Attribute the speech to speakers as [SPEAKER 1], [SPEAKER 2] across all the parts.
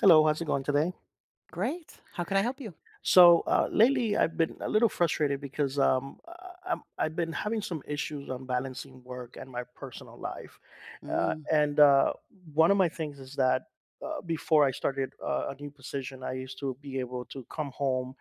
[SPEAKER 1] Hello, how's it going today?
[SPEAKER 2] Great. How can I help you?
[SPEAKER 1] So lately, I've been a little frustrated because I've been having some issues on balancing work and my personal life.
[SPEAKER 2] Mm.
[SPEAKER 1] And one of my things is that before I started a new position, I used to be able to come home,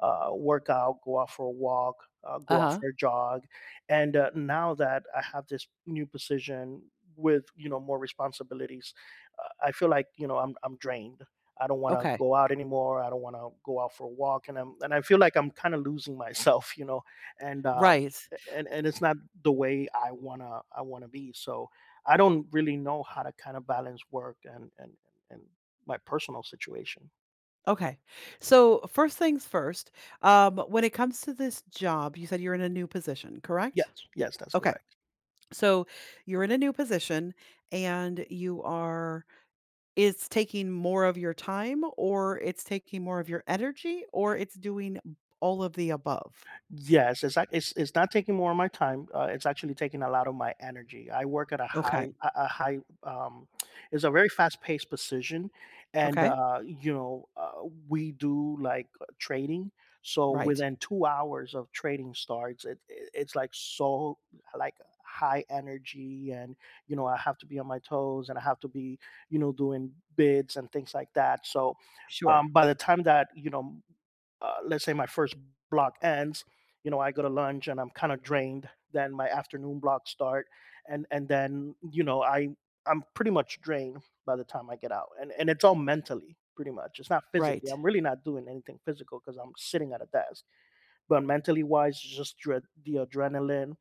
[SPEAKER 1] work out, go out for a walk, go out
[SPEAKER 2] Uh-huh.
[SPEAKER 1] for a jog. And now that I have this new position with more responsibilities. I feel like I'm drained. I don't want to
[SPEAKER 2] Okay.
[SPEAKER 1] go out anymore. I don't want to go out for a walk, and I feel like I'm kind of losing myself, you know, and um,
[SPEAKER 2] Right.
[SPEAKER 1] and and it's not the way I wanna be. So I don't really know how to kind of balance work and my personal situation.
[SPEAKER 2] Okay. So, first things first, when it comes to this job, you said you're in a new position,
[SPEAKER 1] Yes,
[SPEAKER 2] correct?
[SPEAKER 1] yes, that's
[SPEAKER 2] Okay.
[SPEAKER 1] correct.
[SPEAKER 2] So, you're in a new position, and you are it's taking more of your time, or it's taking more of your energy, or it's doing all of the above.
[SPEAKER 1] Yes, it's ac- it's not taking more of my time. It's actually taking a lot of my energy. I work at a
[SPEAKER 2] Okay.
[SPEAKER 1] high um, it's a very fast paced position, and
[SPEAKER 2] Okay.
[SPEAKER 1] we do like trading. So
[SPEAKER 2] Right.
[SPEAKER 1] within 2 hours of trading starts, it's like so like high energy, and I have to be on my toes, and I have to be doing bids and things like that. So
[SPEAKER 2] Sure.
[SPEAKER 1] by the time that let's say my first block ends, I go to lunch and I'm kind of drained. Then my afternoon blocks start, and then I'm pretty much drained by the time I get out, and it's all mentally. Pretty much, it's not physically.
[SPEAKER 2] Right.
[SPEAKER 1] I'm really not doing anything physical because I'm sitting at a desk, but mentally wise, just dread, the adrenaline,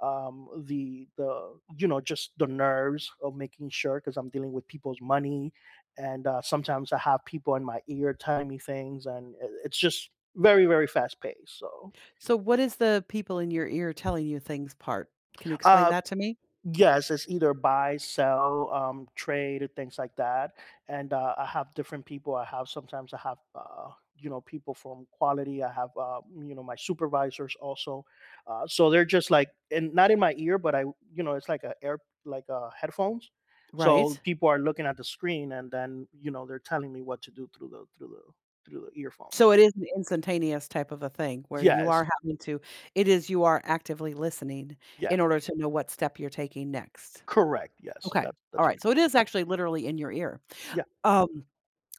[SPEAKER 1] the just the nerves of making sure, because I'm dealing with people's money, and sometimes I have people in my ear telling me things, and it's just very very fast paced. So
[SPEAKER 2] So, what is the people in your ear telling you things part? Can you explain
[SPEAKER 1] uh,
[SPEAKER 2] that to me?
[SPEAKER 1] yes, it's either buy, sell, trade, or things like that. And I have different people. I have Sometimes I have people from quality. I have my supervisors also. So they're just like, and not in my ear, but I you know it's like a air, like headphones. So
[SPEAKER 2] Right.
[SPEAKER 1] people are looking at the screen, and then they're telling me what to do through the
[SPEAKER 2] So
[SPEAKER 1] earphones.
[SPEAKER 2] it is an instantaneous type of a thing where you
[SPEAKER 1] Yes,
[SPEAKER 2] are having to it is, you are actively listening
[SPEAKER 1] yeah,
[SPEAKER 2] in order to know what step you're taking next.
[SPEAKER 1] correct. Yes,
[SPEAKER 2] Okay.
[SPEAKER 1] that's
[SPEAKER 2] All
[SPEAKER 1] that's what
[SPEAKER 2] right.
[SPEAKER 1] it
[SPEAKER 2] So it
[SPEAKER 1] is.
[SPEAKER 2] is actually literally in your ear.
[SPEAKER 1] Yeah.
[SPEAKER 2] Um,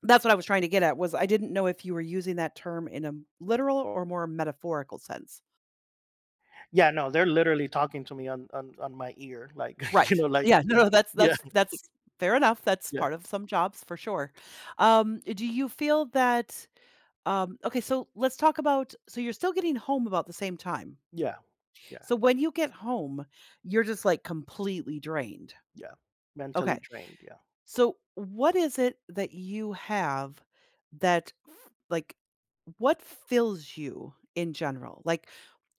[SPEAKER 2] that's what I was trying to get at, was I didn't know if you were using that term in a literal or more metaphorical sense.
[SPEAKER 1] Yeah, no, they're literally talking to me on my ear, like, you
[SPEAKER 2] Right.
[SPEAKER 1] know, like.
[SPEAKER 2] Yeah. No, no, that's
[SPEAKER 1] Yeah,
[SPEAKER 2] that's that's fair enough. That's
[SPEAKER 1] yeah,
[SPEAKER 2] part of some jobs for sure. Do you feel that, okay, so let's talk about, so you're still getting home about the same time.
[SPEAKER 1] yeah, yeah,
[SPEAKER 2] So when you get home, you're just, like, completely drained.
[SPEAKER 1] yeah. Mentally
[SPEAKER 2] Okay.
[SPEAKER 1] drained, yeah,
[SPEAKER 2] So what is it that you have, that f like, what fills you in general? Like,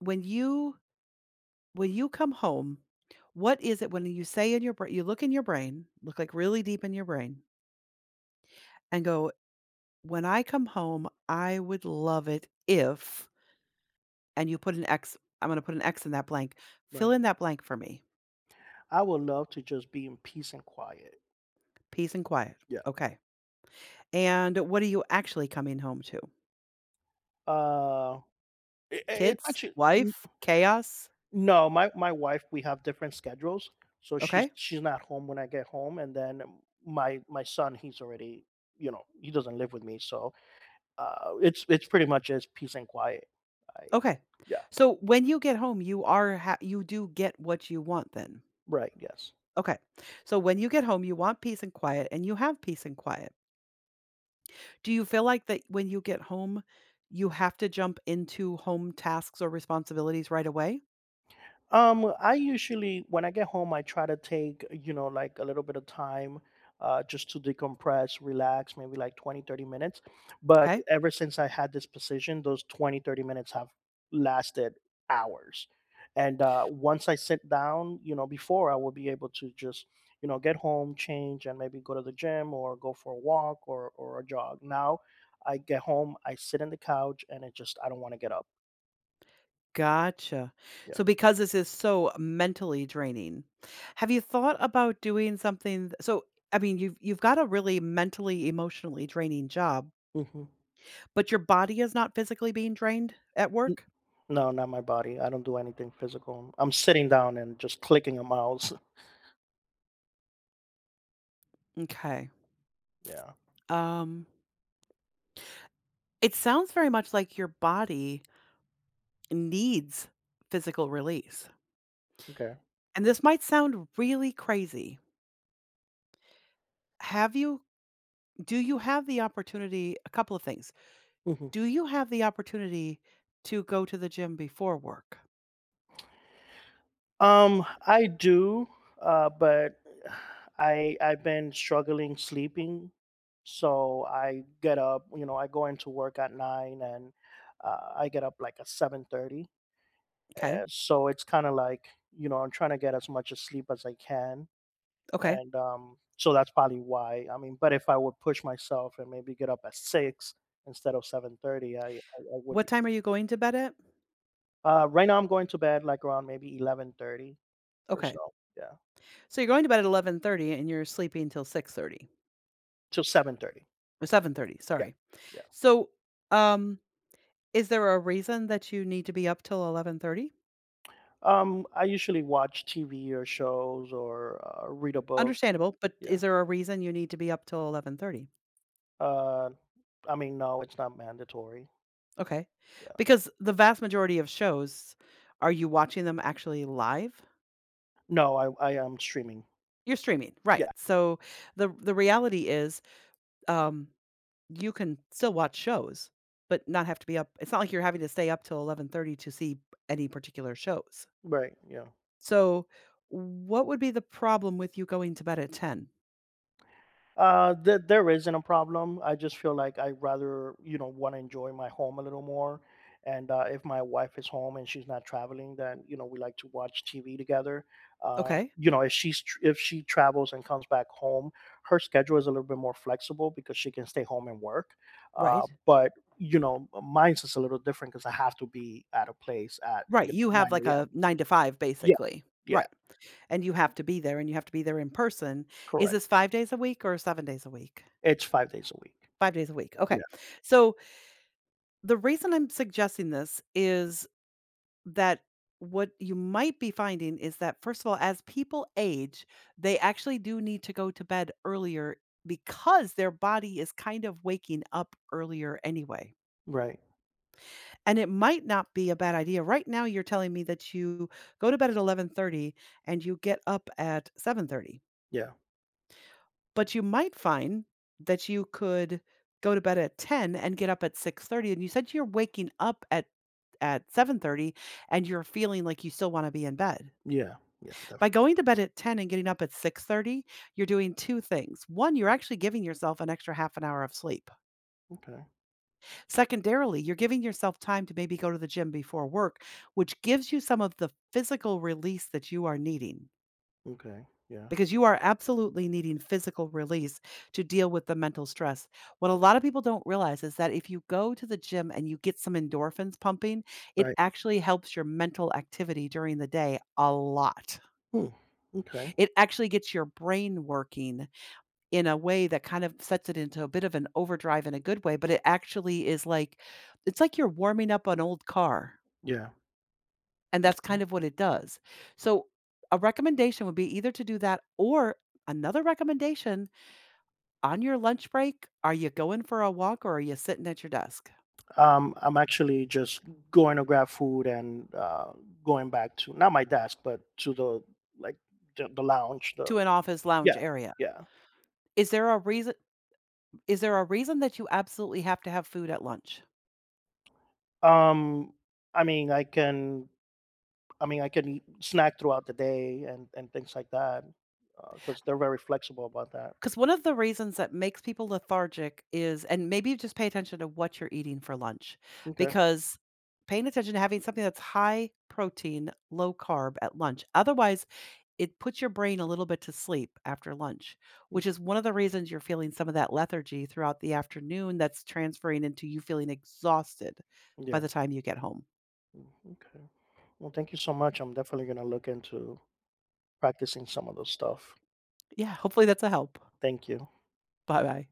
[SPEAKER 2] when you come home, what is it when you say, in your br you look in your brain, look, like, really deep in your brain, and go, "When I come home, I would love it if," and you put an X I'm gonna put an X in that blank. "Fill
[SPEAKER 1] right.
[SPEAKER 2] in that blank for me."
[SPEAKER 1] I would love to just be in peace and quiet.
[SPEAKER 2] Peace and quiet.
[SPEAKER 1] Yeah.
[SPEAKER 2] Okay. And what are you actually coming home to?
[SPEAKER 1] Uh, it it's
[SPEAKER 2] Kids?
[SPEAKER 1] actually n
[SPEAKER 2] Wife? Chaos?
[SPEAKER 1] no, my wife, we have different schedules, so
[SPEAKER 2] Okay.
[SPEAKER 1] she's not home when I get home, and then my son, he's already, he doesn't live with me. So it's pretty much as peace and quiet. I
[SPEAKER 2] Okay.
[SPEAKER 1] Yeah,
[SPEAKER 2] So when you get home, you do get what you want then.
[SPEAKER 1] right, yes.
[SPEAKER 2] Okay. So when you get home, you want peace and quiet, and you have peace and quiet. Do you feel like that when you get home, you have to jump into home tasks or responsibilities right away?
[SPEAKER 1] I usually, when I get home, I try to take, like a little bit of time just to decompress, relax, maybe like 20, 30 minutes. But
[SPEAKER 2] Okay.
[SPEAKER 1] ever since I had this position, those 20, 30 minutes have lasted hours. And once I sit down, before I will be able to just, get home, change, and maybe go to the gym or go for a walk, or, a jog. Now I get home, I sit in the couch, and it just, I don't want to get up.
[SPEAKER 2] Gotcha.
[SPEAKER 1] Yeah.
[SPEAKER 2] So because this is so mentally draining, have you thought about doing something, so I mean, you've got a really mentally, emotionally draining job,
[SPEAKER 1] hmm
[SPEAKER 2] but your body is not physically being drained at work?
[SPEAKER 1] No, not my body. I don't do anything physical. I'm sitting down and just clicking a mouse.
[SPEAKER 2] Okay.
[SPEAKER 1] Yeah.
[SPEAKER 2] Um it sounds very much like your body needs physical release.
[SPEAKER 1] Okay.
[SPEAKER 2] And this might sound really crazy. Have you do you have the opportunity, a couple of things.
[SPEAKER 1] Mhm.
[SPEAKER 2] Do you have the opportunity to go to the gym before work?
[SPEAKER 1] I do, but I've been struggling sleeping, so I get up. I go into work at 9, and I get up like at 7:30.
[SPEAKER 2] Okay.
[SPEAKER 1] So it's kind of like, I'm trying to get as much as sleep as I can,
[SPEAKER 2] Okay.
[SPEAKER 1] and so that's probably why. I mean, but if I would push myself and maybe get up at 6 instead of 7:30, I would
[SPEAKER 2] What
[SPEAKER 1] be.
[SPEAKER 2] time are you going to bed at?
[SPEAKER 1] Right now, I'm going to bed like around maybe 11:30 or
[SPEAKER 2] Okay.
[SPEAKER 1] so. Yeah,
[SPEAKER 2] So you're going to bed at 11:30 and you're sleeping till 6:30,
[SPEAKER 1] till 7:30.
[SPEAKER 2] or 7:30,
[SPEAKER 1] Yeah,
[SPEAKER 2] sorry.
[SPEAKER 1] yeah.
[SPEAKER 2] So, um is there a reason that you need to be up till 11:30?
[SPEAKER 1] I usually watch TV or shows or read a book.
[SPEAKER 2] Understandable, but
[SPEAKER 1] Yeah.
[SPEAKER 2] is there a reason you need to be up till 11:30?
[SPEAKER 1] Uh, I mean, no, it's not mandatory.
[SPEAKER 2] Okay.
[SPEAKER 1] Yeah.
[SPEAKER 2] Because the vast majority of shows, are you watching them actually live?
[SPEAKER 1] No, I am streaming.
[SPEAKER 2] You're streaming, right.
[SPEAKER 1] Yeah.
[SPEAKER 2] So the reality is, um you can still watch shows, but not have to be up. It's not like you're having to stay up till 11:30 to see any particular shows.
[SPEAKER 1] Right. Yeah.
[SPEAKER 2] So, what would be the problem with you going to bed at 10?
[SPEAKER 1] There isn't a problem. I just feel like I rather, want to enjoy my home a little more. And if my wife is home and she's not traveling, then we like to watch TV together. Uh,
[SPEAKER 2] Okay,
[SPEAKER 1] you know, if she's tr- if she travels and comes back home, her schedule is a little bit more flexible because she can stay home and work. Uh,
[SPEAKER 2] right.
[SPEAKER 1] but mine's is a little different because I have to be at a place at,
[SPEAKER 2] Right, you have
[SPEAKER 1] nine
[SPEAKER 2] like
[SPEAKER 1] a.m.
[SPEAKER 2] a 9 to 5
[SPEAKER 1] Yeah,
[SPEAKER 2] basically.
[SPEAKER 1] yeah,
[SPEAKER 2] Right, and you have to be there, and you have to be there in person. Is
[SPEAKER 1] correct.
[SPEAKER 2] this 5 days a week or 7 days a week?
[SPEAKER 1] It's 5 days a week.
[SPEAKER 2] 5 days a week, okay.
[SPEAKER 1] Yeah,
[SPEAKER 2] So, the reason I'm suggesting this is that what you might be finding is that, first of all, as people age, they actually do need to go to bed earlier, because their body is kind of waking up earlier anyway.
[SPEAKER 1] right.
[SPEAKER 2] And it might not be a bad idea. Right now you're telling me that you go to bed at 11:30 and you get up at 7:30.
[SPEAKER 1] Yeah,
[SPEAKER 2] But you might find that you could go to bed at 10 and get up at 6:30, and you said you're waking up at 7:30, and you're feeling like you still want to be in bed.
[SPEAKER 1] yeah, yeah.
[SPEAKER 2] By
[SPEAKER 1] Definitely.
[SPEAKER 2] going to bed at 10 and getting up at 6:30, you're doing 2 things. 1, you're actually giving yourself an extra half an hour of sleep.
[SPEAKER 1] Okay.
[SPEAKER 2] Secondarily, you're giving yourself time to maybe go to the gym before work, which gives you some of the physical release that you are needing,
[SPEAKER 1] Okay, yeah.
[SPEAKER 2] because you are absolutely needing physical release to deal with the mental stress. What a lot of people don't realize is that if you go to the gym and you get some endorphins pumping, it
[SPEAKER 1] Right.
[SPEAKER 2] actually helps your mental activity during the day a lot.
[SPEAKER 1] Hmm, okay,
[SPEAKER 2] It actually gets your brain working in a way that kind of sets it into a bit of an overdrive in a good way, but it actually is it's like you're warming up an old car,
[SPEAKER 1] yeah.
[SPEAKER 2] and that's kind of what it does. So, a recommendation would be either to do that, or another recommendation: on your lunch break, are you going for a walk, or are you sitting at your desk?
[SPEAKER 1] I'm actually just going to grab food and going back to not my desk, but to the, like, the lounge.
[SPEAKER 2] To
[SPEAKER 1] The
[SPEAKER 2] an office
[SPEAKER 1] yeah,
[SPEAKER 2] lounge area?
[SPEAKER 1] yeah.
[SPEAKER 2] Is there a reason is there a reason that you absolutely have to have food at lunch?
[SPEAKER 1] Um, I mean, I can, I mean, I can eat, snack throughout the day and things like that, because they're very flexible about that.
[SPEAKER 2] Because one of the reasons that makes people lethargic is, and maybe you just pay attention to what you're eating for lunch,
[SPEAKER 1] Okay.
[SPEAKER 2] because paying attention to having something that's high protein, low carb at lunch. Otherwise, it puts your brain a little bit to sleep after lunch,
[SPEAKER 1] Mm,
[SPEAKER 2] which is one of the reasons you're feeling some of that lethargy throughout the afternoon that's transferring into you feeling exhausted by
[SPEAKER 1] yeah.
[SPEAKER 2] the time you get home.
[SPEAKER 1] Mm, okay. Well, thank you so much. I'm definitely gonna look into practicing some of those stuff.
[SPEAKER 2] Yeah, hopefully that's a help.
[SPEAKER 1] Thank you.
[SPEAKER 2] Bye bye.